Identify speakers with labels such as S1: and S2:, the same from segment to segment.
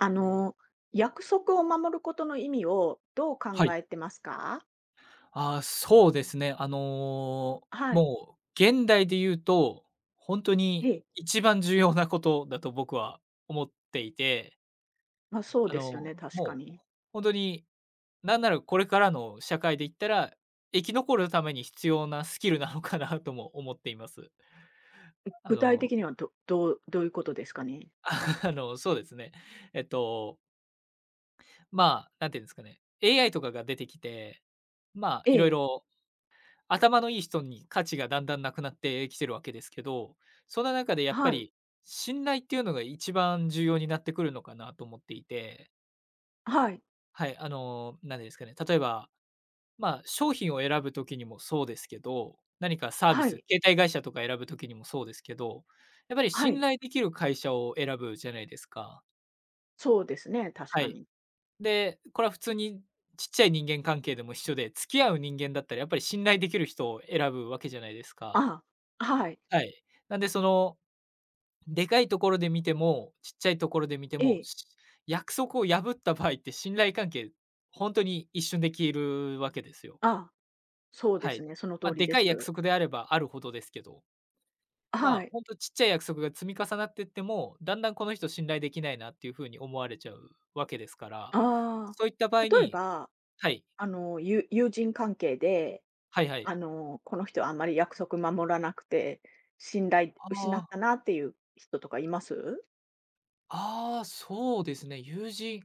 S1: あの、約束を守ることの意味をどう考
S2: はい。
S1: えてますか？
S2: ああ、そうですね。
S1: はい。
S2: もう現代で言うと、本当
S1: え
S2: に
S1: え。
S2: 一番重要なことだと僕は思っていて、
S1: まあ、そうですよね、確か
S2: もう
S1: に。
S2: 本当に、なんならこれからの社会で言ったら、生き残るために必要なスキルなのかなとも思っています。あ
S1: 具体
S2: の、
S1: 的にはどういうことですかね？
S2: そうですね。えっと、まあ、なんていうんですかね、AI とかが出てきて、まあ、
S1: え
S2: いろい
S1: え、
S2: ろ頭のいい人に価値がだんだんなくなってきてるわけですけど、その中でやっぱ
S1: はい、
S2: り、信頼っていうのが一番重要になってくるのかなと思っていて、
S1: はい、
S2: はい、何ですかね、例えば、まあ、商品を選ぶときにもそうですけど、何かサービ
S1: は
S2: ス、
S1: い、
S2: 携帯会社とか選ぶときにもそうですけど、やっぱり
S1: は
S2: 信
S1: い。
S2: 頼できる会社を選ぶじゃないですか。
S1: そうですね、確
S2: は
S1: か
S2: い。
S1: に。
S2: で、これは普通にちっちゃい人間関係でも一緒で、付き合う人間だったらやっぱり信頼できる人を選ぶわけじゃないですか。
S1: ああ、はい、
S2: はい。なんでその、でかいところで見ても、ちっちゃいところで見て
S1: え
S2: も、
S1: え、
S2: 約束を破った場合って信頼関係、ほんとに一瞬で消えるわけですよ。
S1: ああ、そうで
S2: は
S1: す
S2: い。
S1: ね、その
S2: ま、
S1: 通り
S2: で
S1: で
S2: かい約
S1: す。
S2: 束であればあるほどですけど、ま
S1: は
S2: あ、
S1: い、
S2: ほんとちっちゃい約束が積み重なってっても、だんだんこの人信頼できないなっていう風に思われちゃうわけですから、
S1: あ
S2: そういった場
S1: あ。
S2: 合
S1: 例え
S2: に、
S1: ば、
S2: はい、
S1: 友人関係で
S2: はいはい。
S1: この人はあんまり約束守らなくて、信頼失っ
S2: あ
S1: たなっていう人とかいます？
S2: あ、ああ、そうですね、友人、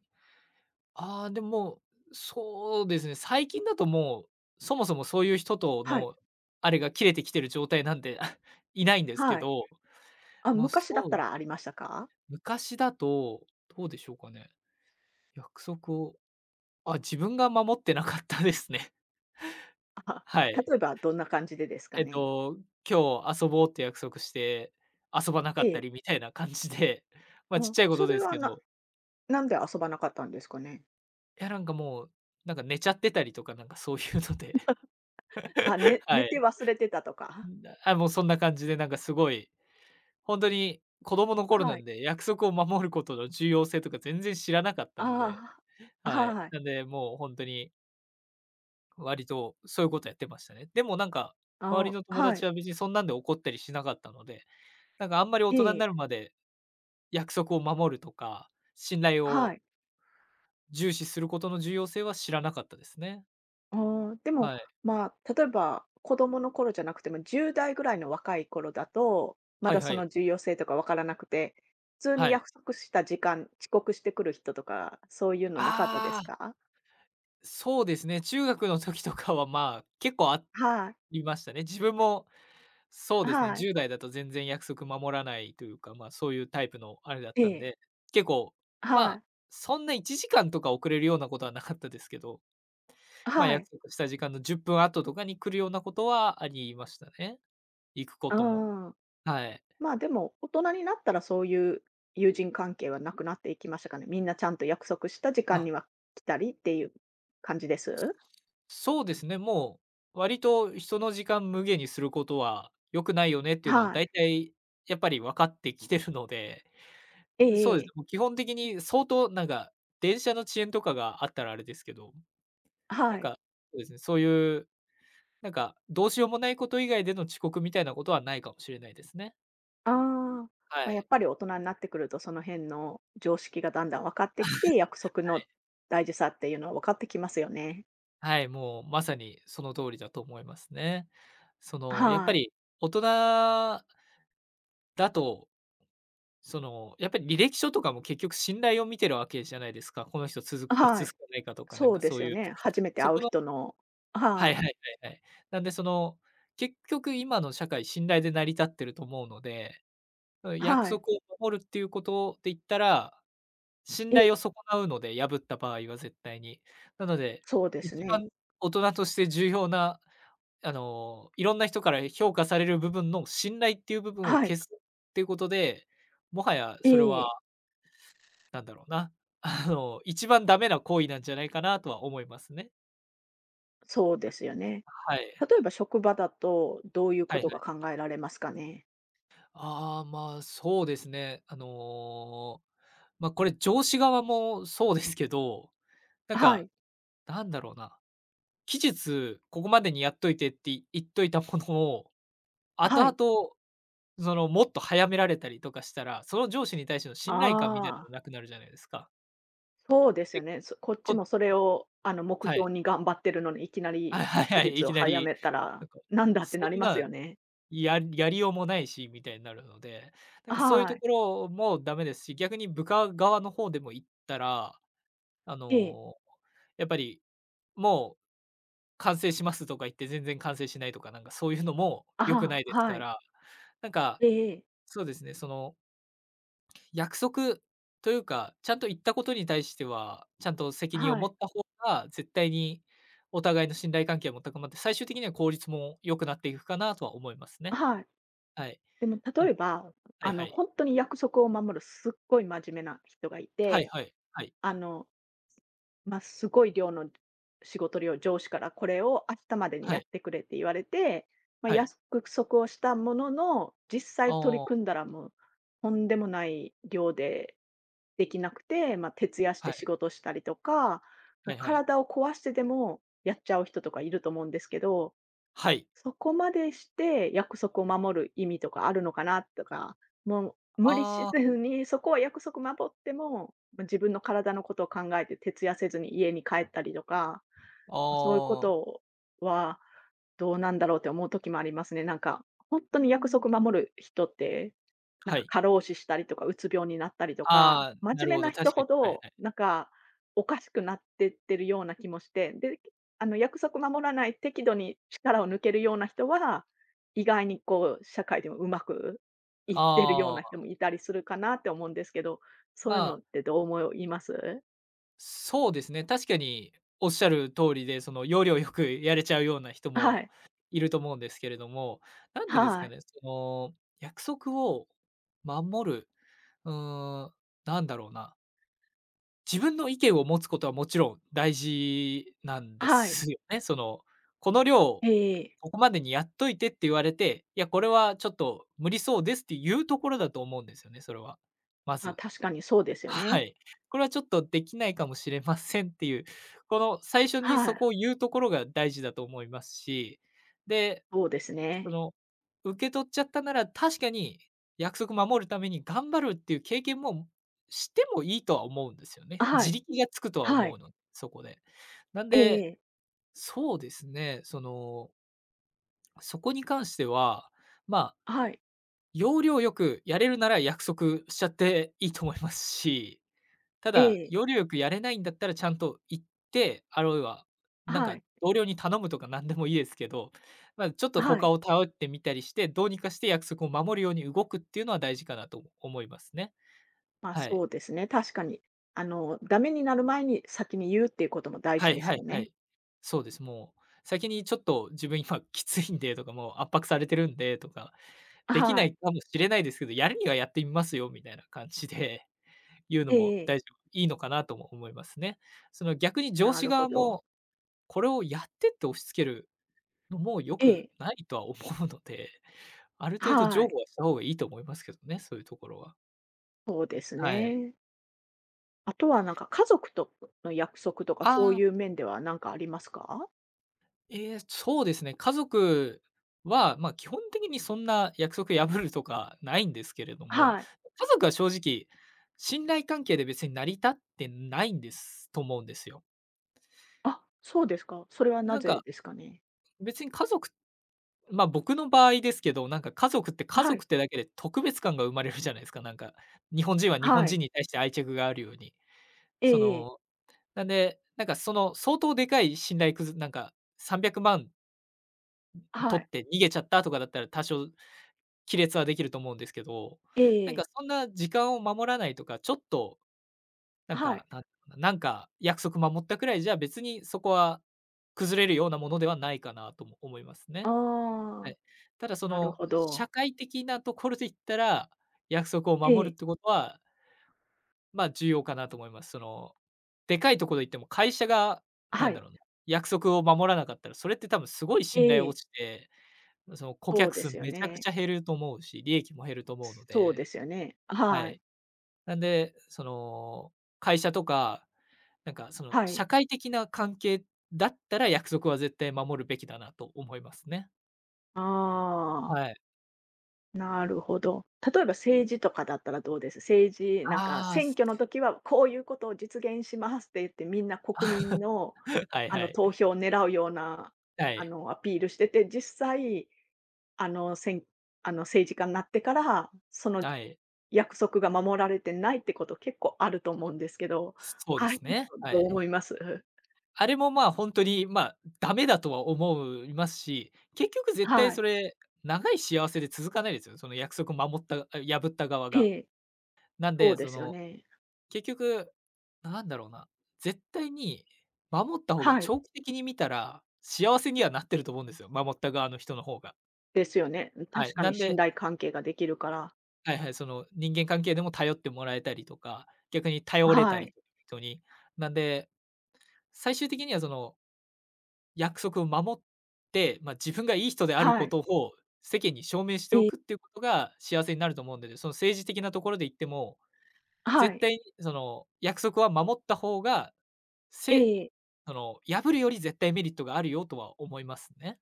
S2: ああ、でも、そうですね、最近だと、う、そもそもそういう人と
S1: はい、
S2: のあれが切れてきてる状態なんで いないんですけ
S1: はい。
S2: ど、
S1: あ、
S2: ま、そ
S1: 昔だった
S2: う、
S1: らありましたか？
S2: 昔だと、どうでしょうかね。約束を、あ、自分が守ってなかったですね。はい。
S1: 例えばどんな感じでですか
S2: えっ
S1: ね？
S2: と、今日遊ぼうって約束して、遊ばなか
S1: え
S2: った
S1: え。
S2: りみたいな感じで、ま、
S1: う
S2: ちっ
S1: ん、
S2: ちゃいこ
S1: そ
S2: とで
S1: れ
S2: す
S1: は
S2: け
S1: な
S2: ど、
S1: なんで遊ばなかったんですかね？
S2: いや、なんかもう、なんか寝ちゃってたりとか、なんかそういうので、
S1: あ、ね
S2: は
S1: 寝て
S2: い。
S1: 忘れてたとか？
S2: あ、もうそんな感じで、なんかすごい、ほんとに子供の頃な
S1: はい。
S2: んで、約束を守ることの重要性とか全然知らなかったので、
S1: ああ、
S2: はい。
S1: はい。
S2: なんで、もうほんとに割とそういうことやってましたね。でもなんか、周り
S1: あ
S2: の
S1: あ、
S2: 友
S1: は
S2: 達
S1: い。
S2: は別にそんなんで怒ったりしなかったので、なんかあんまり大
S1: え
S2: 人に
S1: え、
S2: なるまで約束を守るとか、信頼
S1: は
S2: を
S1: い。
S2: 重視することの重要性は知らなかったですね。
S1: ああ、でも、
S2: はい。
S1: まあ、例えば子供の頃じゃなくても、10代ぐらいの若い頃だと、ま
S2: はい
S1: だ
S2: は
S1: そ
S2: い。
S1: の重要性とかわからなくて、普通に
S2: はい。
S1: 約束した時間、遅刻してくる人とか、そういうのなかったで
S2: あ
S1: す
S2: あ、
S1: か？
S2: そうですね。中学の時とかは、まあ、結構あ
S1: はい。
S2: りましたね。自分もそうですね、
S1: はい。
S2: 10代だと全然約束守らないというか、まあ、そういうタイプのあれだっ
S1: え
S2: たん
S1: え。
S2: で、結構、ま
S1: は
S2: あ、
S1: い。
S2: そんな1時間とか遅れるようなことはなかったですけど、まあ、
S1: はい。
S2: 約束した時間の10分後とかに来るようなことはありましたね。行くこ
S1: う
S2: とも。
S1: ーん。
S2: はい。
S1: まあ、でも、大人になったらそういう友人関係はなくなっていきましたかね？みんなちゃんと約束した時間
S2: あ、
S1: には来たりっていう感じです？
S2: そうですね、もう割と人の時間無限にすることは良くないよねっていうのは
S1: はい。
S2: 大体やっぱり分かってきてるので、
S1: ええ
S2: そ
S1: え
S2: うですね、
S1: え。
S2: もう基本的に相当なんか電車の遅延とかがあったらあれですけど、な
S1: は
S2: ん
S1: い。
S2: か、そうですね、そういう、なんか、どうしようもないこと以外での遅刻みたいなことはないかもしれないですね。
S1: ああ、
S2: は
S1: まあ、やっ
S2: い。
S1: ぱり大人になってくると、その辺の常識がだんだん分かってきて、約束の大事さっていうのは分かってきますよね。
S2: はい、もうまさにその通りだと思いますね。その、やっぱ
S1: はい。
S2: り大人だと、その、やっぱり履歴書とかも結局信頼を見てるわけじゃないですか。この人続くか
S1: は
S2: 続
S1: い。
S2: かないかとか、なん
S1: そう
S2: か
S1: で
S2: そ
S1: す
S2: う
S1: よ
S2: いう、
S1: ね。初めて
S2: そ
S1: 会う
S2: この、
S1: 人の。
S2: は
S1: は
S2: い
S1: い。
S2: はいはいはい。なんでその、結局今の社会信頼で成り立ってると思うので、約
S1: はい。
S2: 束を守るっていうことで言ったら信
S1: ええ、
S2: 頼を損なうので、破った場合は絶対に。なので、
S1: そうです
S2: 一
S1: ね。
S2: 番大人として重要な、いろんな人から評価される部分の信頼っていう部分を
S1: は
S2: 消
S1: い。
S2: すっていうことで、もはや
S1: え
S2: それは
S1: え、
S2: なんだろうな、一番ダメな行為なんじゃないかなとは思いますね。
S1: そうですよね。
S2: はい。
S1: 例えば職場だと、どういう
S2: はい
S1: こ
S2: は
S1: とが
S2: い。
S1: 考えられますかね？
S2: ああ、まあ、そうですね。ま、これ上司側もそうですけど、なん
S1: は
S2: か、
S1: い。
S2: なんだろうな。期日、ここまでにやっといてって言っといたものを、後
S1: はい。
S2: 々、その、もっと早められたりとかしたら、その上司に対しての信頼感みたいな
S1: あ
S2: の
S1: あ。
S2: なくなるじゃないですか。
S1: そうです
S2: で、
S1: よね。そこっち
S2: こ
S1: もそれを、目
S2: はい。
S1: 標に頑張ってるのに、いきな
S2: は
S1: り
S2: いはい
S1: 技
S2: はい、い
S1: 術を
S2: きな
S1: 早
S2: り、
S1: めた
S2: な
S1: ら、
S2: んか、
S1: なんだっ
S2: そ
S1: てなり
S2: ん
S1: ます
S2: な、
S1: よね。
S2: やりようもないし、みたいになるので、なんかそういう
S1: は
S2: と
S1: い。
S2: ころもダメですし、逆に部下側の方でも言ったら、あ
S1: ええ。
S2: の、やっぱり、もう完成しますとか言って全然完成しないとか、なんかそういうのも
S1: あ、
S2: 良くな
S1: は
S2: いです
S1: は
S2: か
S1: い。
S2: ら、なんか
S1: ええ、
S2: そうですね、その、約束というか、ちゃんと言ったことに対しては、ちゃんと責任を
S1: は
S2: 持
S1: い。
S2: った方が、絶対にお互いの信頼関係も高まって、最終的には効率も良くなっていくかなとは思いますね。
S1: はい。
S2: はい。
S1: でも
S2: あの
S1: 例えば、
S2: はいはい。
S1: 本当に約束を守るすっごい真面目な人がい
S2: はい
S1: て、
S2: はい。はい。
S1: あのまあ、すごい量の仕事量、上司からこれを明日までに
S2: は
S1: やっ
S2: い。
S1: てくれって言われて、まあ、
S2: はい。
S1: 約束をしたものの、実際取り
S2: あ
S1: 組
S2: あ、
S1: んだらもう、とんでもない量でできなくて、まあ、徹夜し
S2: は
S1: て仕
S2: い。
S1: 事したりとか、
S2: は
S1: もう
S2: いはい。
S1: 体を壊してでもやっちゃう人とかいると思うんですけど、
S2: はい。
S1: そこまでして約束を守る意味とかあるのかなとか、もう無理し
S2: ああ、
S1: ずに、そこは約束守っても、ま、自分の体のことを考えて徹夜せずに家に帰ったりとか、まそういうこ
S2: ああ、
S1: とはどうなんだろうって思う時もありますね。なんか、本
S2: う
S1: 当
S2: ー
S1: に約
S2: ん。
S1: 束守る人って、なん
S2: は
S1: か
S2: い。
S1: 過労死したりとか、うつ病になったりとか、
S2: ああ、な
S1: 真
S2: る
S1: 面目
S2: ほど、
S1: な人
S2: 確かに。
S1: ほ
S2: はい
S1: ど、
S2: はい。
S1: なんか、おかしくなってってるような気もして、で、約束守らない、適度に力を抜けるような人は、意外にこう、社会でもうまくいってるよう
S2: あ
S1: な
S2: あ、
S1: 人もいたりするかなって思うんですけど、そ
S2: ま
S1: ういうの
S2: あ
S1: ってどう思います？
S2: そうですね、確かにおっしゃる通りで、その要領よくやれちゃうような人
S1: は
S2: も
S1: い。
S2: いると思うんですけれども、なんでです
S1: は
S2: か
S1: い。
S2: ね、その、約束を守る、うーん、なんだろうな、自分の意見を持つことはもちろん大事なんで
S1: はい。
S2: すよね。その、この量、
S1: ええ、
S2: ここまでにやっといてって言われて、いや、これはちょっと無理そうですっていうところだと思うんですよね、それは。ま
S1: まあ
S2: ず。
S1: 確かにそうですよ
S2: は
S1: ね。
S2: い。これはちょっとできないかもしれませんっていう、この最初に
S1: は
S2: そ
S1: い。
S2: こを言うところが大事だと思いますし、で、
S1: そうです
S2: そ
S1: ね。
S2: の、受け取っちゃったなら、確かに約束守るために頑張るっていう経験もしてもいいとは思うんですよ
S1: あ、
S2: ね。
S1: は
S2: 自
S1: い。
S2: 力がつくとは
S1: は
S2: 思う
S1: い。
S2: ので、そこで。なん
S1: え
S2: で、
S1: え、
S2: そうですね、その、そこに関しては、まあ、
S1: はい。
S2: 要領よくやれるなら約束しちゃっていいと思いますし、た
S1: え
S2: だ、
S1: え。
S2: 要領よくやれないんだったらちゃんと行って、あるいは、なん
S1: は
S2: か
S1: い。
S2: 同僚に頼むとか何でもいいですけど、ま、ちょっと
S1: は
S2: 他
S1: い。
S2: を頼ってみたりして、どうにかして約束を守るように動くっていうのは大事かなと思いますね。
S1: ま、あ
S2: はい。
S1: そうですね、確かに。ダメになる前に先に言うっていうことも大
S2: は
S1: 事
S2: い
S1: で
S2: は
S1: すよ
S2: いは
S1: ね。
S2: い。そうです。もう先にちょっと自分今きついんでとか、もう圧迫されてるんでとか、でき
S1: は
S2: ない
S1: い。
S2: かもしれないですけど、やるにはやってみますよみたいな感じで言うの
S1: え
S2: も
S1: え、
S2: 大丈夫いいのかなとも思いますね。その逆に上
S1: な
S2: 司
S1: るほ
S2: 側
S1: ど。
S2: もこれをやってって押し付けるのも良
S1: え
S2: く
S1: え。
S2: ないとは思うので、ある程度
S1: は
S2: 譲
S1: い。
S2: 歩はした方がいいと思いますけどね、そういうところは。
S1: そうです
S2: はい。
S1: ね。あとはなんか家族との約束とかそ
S2: あ
S1: ういう
S2: あ、
S1: 面では何かありますか？
S2: ええ、そうですね、家族は、基本的にそんな約束破るとかないんですけれども、
S1: はい。
S2: 家族は正直、信頼関係で別に成り立ってないんですと思うんですよ。
S1: あ、そうですか。それはな
S2: なんか、
S1: ぜですかね？
S2: 別に家族僕の場合ですけど、なんか家族って家
S1: は
S2: 族
S1: い。
S2: ってだけで特別感が生まれるじゃないですか、日本人は日本
S1: は
S2: 人
S1: い。
S2: に対して愛着があるように。
S1: え
S2: そ
S1: え、
S2: の、なんで、なんかその相当でかい信頼くずなんか300万
S1: は
S2: 取っ
S1: い。
S2: て逃げちゃったとかだったら多少亀裂はできると思うんですけど、
S1: え
S2: なんか
S1: え。
S2: そんな時間を守らないとか、ちょっとなん
S1: は
S2: か、
S1: い。
S2: なんなんか約束守ったくらいじゃ別にそこは崩れるようなものではないかなとも思いますね。は
S1: ああ。
S2: い。ただそ
S1: なる
S2: の、
S1: ほど。
S2: 社会的なところで言ったら、約束を
S1: え
S2: 守る
S1: え。
S2: ってことは、重要かなと思います。その、でかいところ行っても会社が、な
S1: は
S2: んだ
S1: い。
S2: ろうな、約束を守らなかったら、それって多分すごい
S1: え
S2: 信頼
S1: え、
S2: 落ちて、その顧
S1: そう
S2: 客
S1: で
S2: 数
S1: すよ
S2: めちゃくち
S1: ね。
S2: ゃ減ると思うし、利益も減ると思うの
S1: そうで
S2: で、
S1: すよね。
S2: は
S1: はい。
S2: い。なんで、その、会社とか、なんかその、
S1: はい。
S2: 社会的な関係だったら約束は絶対守るべきだなと思いますね。
S1: ああ、
S2: はい。
S1: なるほど。例えば政治とかだったらどうです？政治、なんか
S2: ああ、
S1: 選
S2: す
S1: 挙の時はこういうことを実現しますって言って、みんな国民の、
S2: はいは
S1: 投
S2: い。
S1: 票を狙うような、
S2: はい。
S1: アピールしてて、実際、あの、選あの、政治家になってから、その
S2: はい。
S1: 約束が守られてないってこと結構あると思うんですけど、
S2: そう
S1: あ
S2: で
S1: あいう
S2: すね。
S1: の
S2: はい。
S1: どう思います？
S2: あれも、本当に、ダメだとは思いますし、結局絶対
S1: は
S2: そ
S1: い。
S2: れ、長い幸せで続かないですよね。その約束守った、破った側
S1: え
S2: が。
S1: え、
S2: なん
S1: そ
S2: で、
S1: うで
S2: そ
S1: すよ
S2: の、
S1: ね。
S2: 結局、なんだろうな、絶対に守った方が
S1: はい。
S2: 長期的に見たら、幸せにはなってると思うんですよ、守った側の人の方が。
S1: ですよね。
S2: はい。
S1: 確か
S2: な
S1: に
S2: ん
S1: 信
S2: で
S1: 頼関係ができるから。
S2: はいはい、その、人間関係でも頼ってもらえたりとか、逆に頼れた
S1: は
S2: り
S1: い。
S2: とか人に。なんで、最終的にはその約束を守って、自分がいい人である
S1: は
S2: こ
S1: い。
S2: とを世間に証明してお
S1: ええ、
S2: くっていうことが幸せになると思うんでね、その政治的なところで言っても、
S1: は
S2: 絶
S1: い。
S2: 対にその約束は守った方が、せ
S1: ええ、
S2: その破るより絶対メリットがあるよとは思いますね。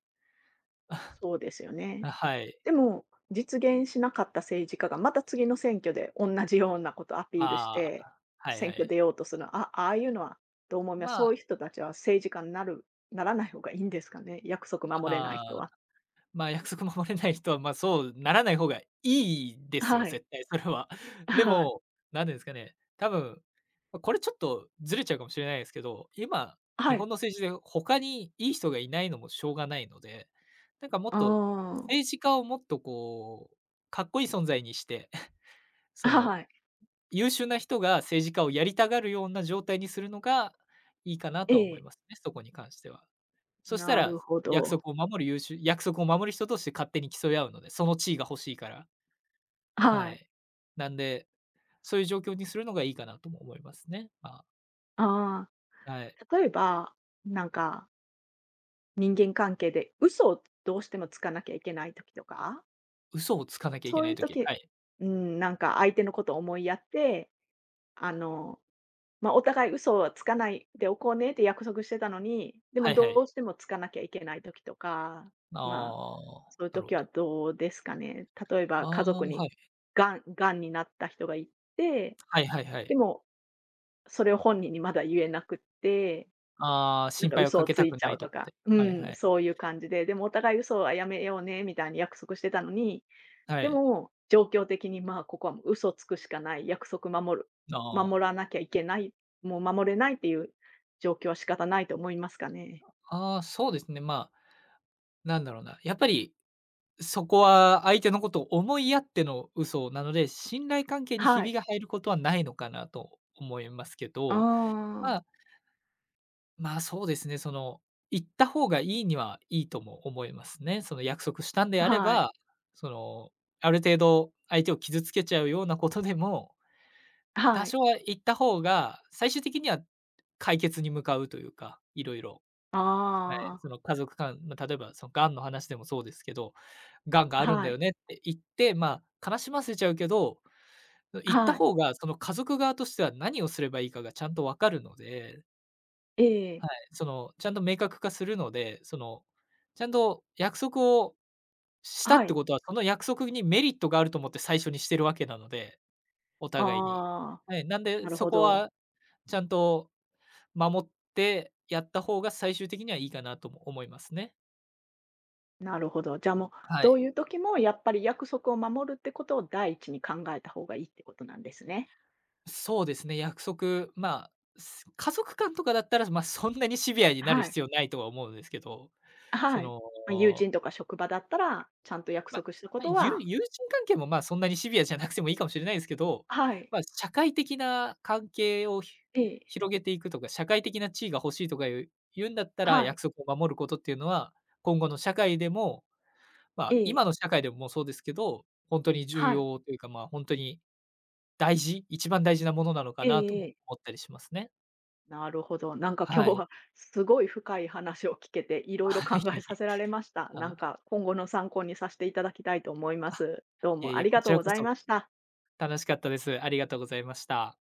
S1: そうですよね。
S2: あ、はい。
S1: でも、実現しなかった政治家がまた次の選挙で同じようなことアピールし
S2: あ
S1: て、
S2: あ、はい
S1: 選
S2: は
S1: 挙出
S2: い。
S1: ようとするの、ああいうのはどう思います？
S2: ま
S1: そ
S2: あ、
S1: ういう人たちは政治家にならない方がいいんですかね？約束守れない
S2: あ
S1: 人
S2: あ。
S1: は。
S2: 約束守れない人は、そうならない方がいいですよ、
S1: はい。
S2: 絶対それは。で
S1: はい。
S2: も、なんでですかね、多分、これちょっとずれちゃうかもしれないですけど、今、
S1: は
S2: 日本
S1: い。
S2: の政治で他にいい人がいないのもしょうがないので、なんかもっと、
S1: あ
S2: 政治家をもっとこう、かっこいい存在にして、
S1: あ、
S2: その、
S1: はい。
S2: 優秀な人が政治家をやりたがるような状態にするのがいいかな
S1: え
S2: とは思い
S1: え、
S2: ますね、そこに関しては。そした
S1: な
S2: ら、
S1: るほど。
S2: 約束を守る人として勝手に競い合うので、その地位が欲しいから。は
S1: はい。
S2: い。なんで、そういう状況にするのがいいかなとも思いますね。
S1: ああ、
S2: はい。
S1: 例えば、なんか、人間関係で嘘をどうしてもつかなきゃいけない時とか、
S2: 嘘をつかなきゃいけ
S1: そう
S2: な
S1: い
S2: い
S1: う
S2: 時、は
S1: 時、
S2: い。
S1: うん、なんか相手のことを思いやって、あのまあ、お互い嘘はつかないでおこうねって約束してたのに、で
S2: は
S1: も
S2: いは
S1: ど
S2: い。
S1: うしてもつかなきゃいけない時とか、まあ、
S2: ああ、
S1: そういう
S2: なる
S1: 時
S2: ほ
S1: は
S2: ど。
S1: どうですかね。例え
S2: あ
S1: ば
S2: あ、
S1: 家族に、
S2: はい。
S1: がんになった人がいて、
S2: はいはいは
S1: で
S2: い。
S1: もそれを本人にまだ言えなくって、
S2: ああ、
S1: な
S2: 心
S1: んか
S2: 配を
S1: 嘘
S2: か
S1: を
S2: け
S1: つ
S2: た
S1: い
S2: く
S1: ち
S2: な
S1: ゃ
S2: い
S1: う
S2: と
S1: と
S2: か
S1: か、
S2: で。
S1: う
S2: はい
S1: ん、
S2: はい。
S1: そういう感じで、でもお互い嘘はやめようねみたいに約束してたのに、
S2: は
S1: で
S2: い。
S1: も、状況的に、まあ、ここはもう嘘つくしかない、約束守る、
S2: あ
S1: 守
S2: あ。
S1: らなきゃいけない、もう守れないっていう状況は仕方ないと思いますかね？
S2: ああ、そうですね、まあ、なんだろうな、やっぱりそこは相手のことを思いやっての嘘なので、信頼関係にひ
S1: は
S2: び
S1: い。
S2: が入ることはないのかなと思いますけ
S1: あ
S2: ど、ま
S1: あ。
S2: あ、そうですね、その、行った方がいいにはいいとも思いますね。その約束したんであれ
S1: はい、
S2: ば、その、ある程度相手を傷つけちゃうようなことでも、多
S1: はい。
S2: 少は行った方が、最終的には解決に向かうというか、いろいろ。
S1: あ
S2: その家族間、例えばその、がんの話でもそうですけど、「がんが
S1: あ、
S2: あるんだ
S1: は
S2: よ
S1: い、
S2: ね」って言って、悲しませちゃうけど、言った
S1: はい。
S2: 方がその家族側としては何をすればいいかがちゃんと分かるので、
S1: ええ、
S2: その、ちゃんと明確化するので、その、ちゃんと約束をした
S1: は
S2: って
S1: い。
S2: ことは、その約束にメリットがあると思って最初にしてるわけなので、お互いに。
S1: ああ、
S2: はい、なんで、
S1: なる
S2: そ
S1: ほ
S2: こ
S1: ど、
S2: はちゃんと守ってやった方が最終的にはいいかなとも思いますね。
S1: なるほど。じゃあ、もう、
S2: は
S1: どう
S2: い。
S1: いう時もやっぱり約束を守るってことを第一に考えた方がいいってことなんですね。
S2: そうですね、約束、家族間とかだったら、そんなにシビアになる
S1: はい、
S2: 必要ないとは思うんですけど、そ
S1: はい。ま、友
S2: の、
S1: 人とか職場だったら、ちゃんと約
S2: まあ、
S1: 束したこ
S2: ま、
S1: とは。
S2: 友人関係も、そんなにシビアじゃなくてもいいかもしれないですけど、
S1: はい。
S2: 社会的な関係を
S1: ええ。
S2: 広げていくとか、社会的な地位が欲しいとか言うんだったら、
S1: はい。
S2: 約束を守ることっていうのは、今後の社会でも、
S1: え
S2: 今
S1: え。
S2: の社会でもそうですけど、本当に重
S1: はい。
S2: 要というか、本当に一番大事なものなのか
S1: え
S2: なと
S1: ええ
S2: も
S1: え。
S2: 思ったりしますね。
S1: なるほど。なんか今
S2: は
S1: 日
S2: い。
S1: はすごい深い話を聞けて、いろいろ
S2: あ、
S1: 考
S2: いえ
S1: え
S2: い
S1: さ
S2: え。
S1: せられました。
S2: あ
S1: な
S2: の、
S1: んか今後の参考にさせていただきたいと思いま
S2: あ、
S1: す。どう
S2: いえ
S1: も
S2: い
S1: あ
S2: え、
S1: り
S2: こ
S1: がと
S2: ち
S1: う
S2: ら
S1: ご
S2: こ
S1: ざい
S2: そ
S1: ました。
S2: 楽しかったです。ありがとうございました。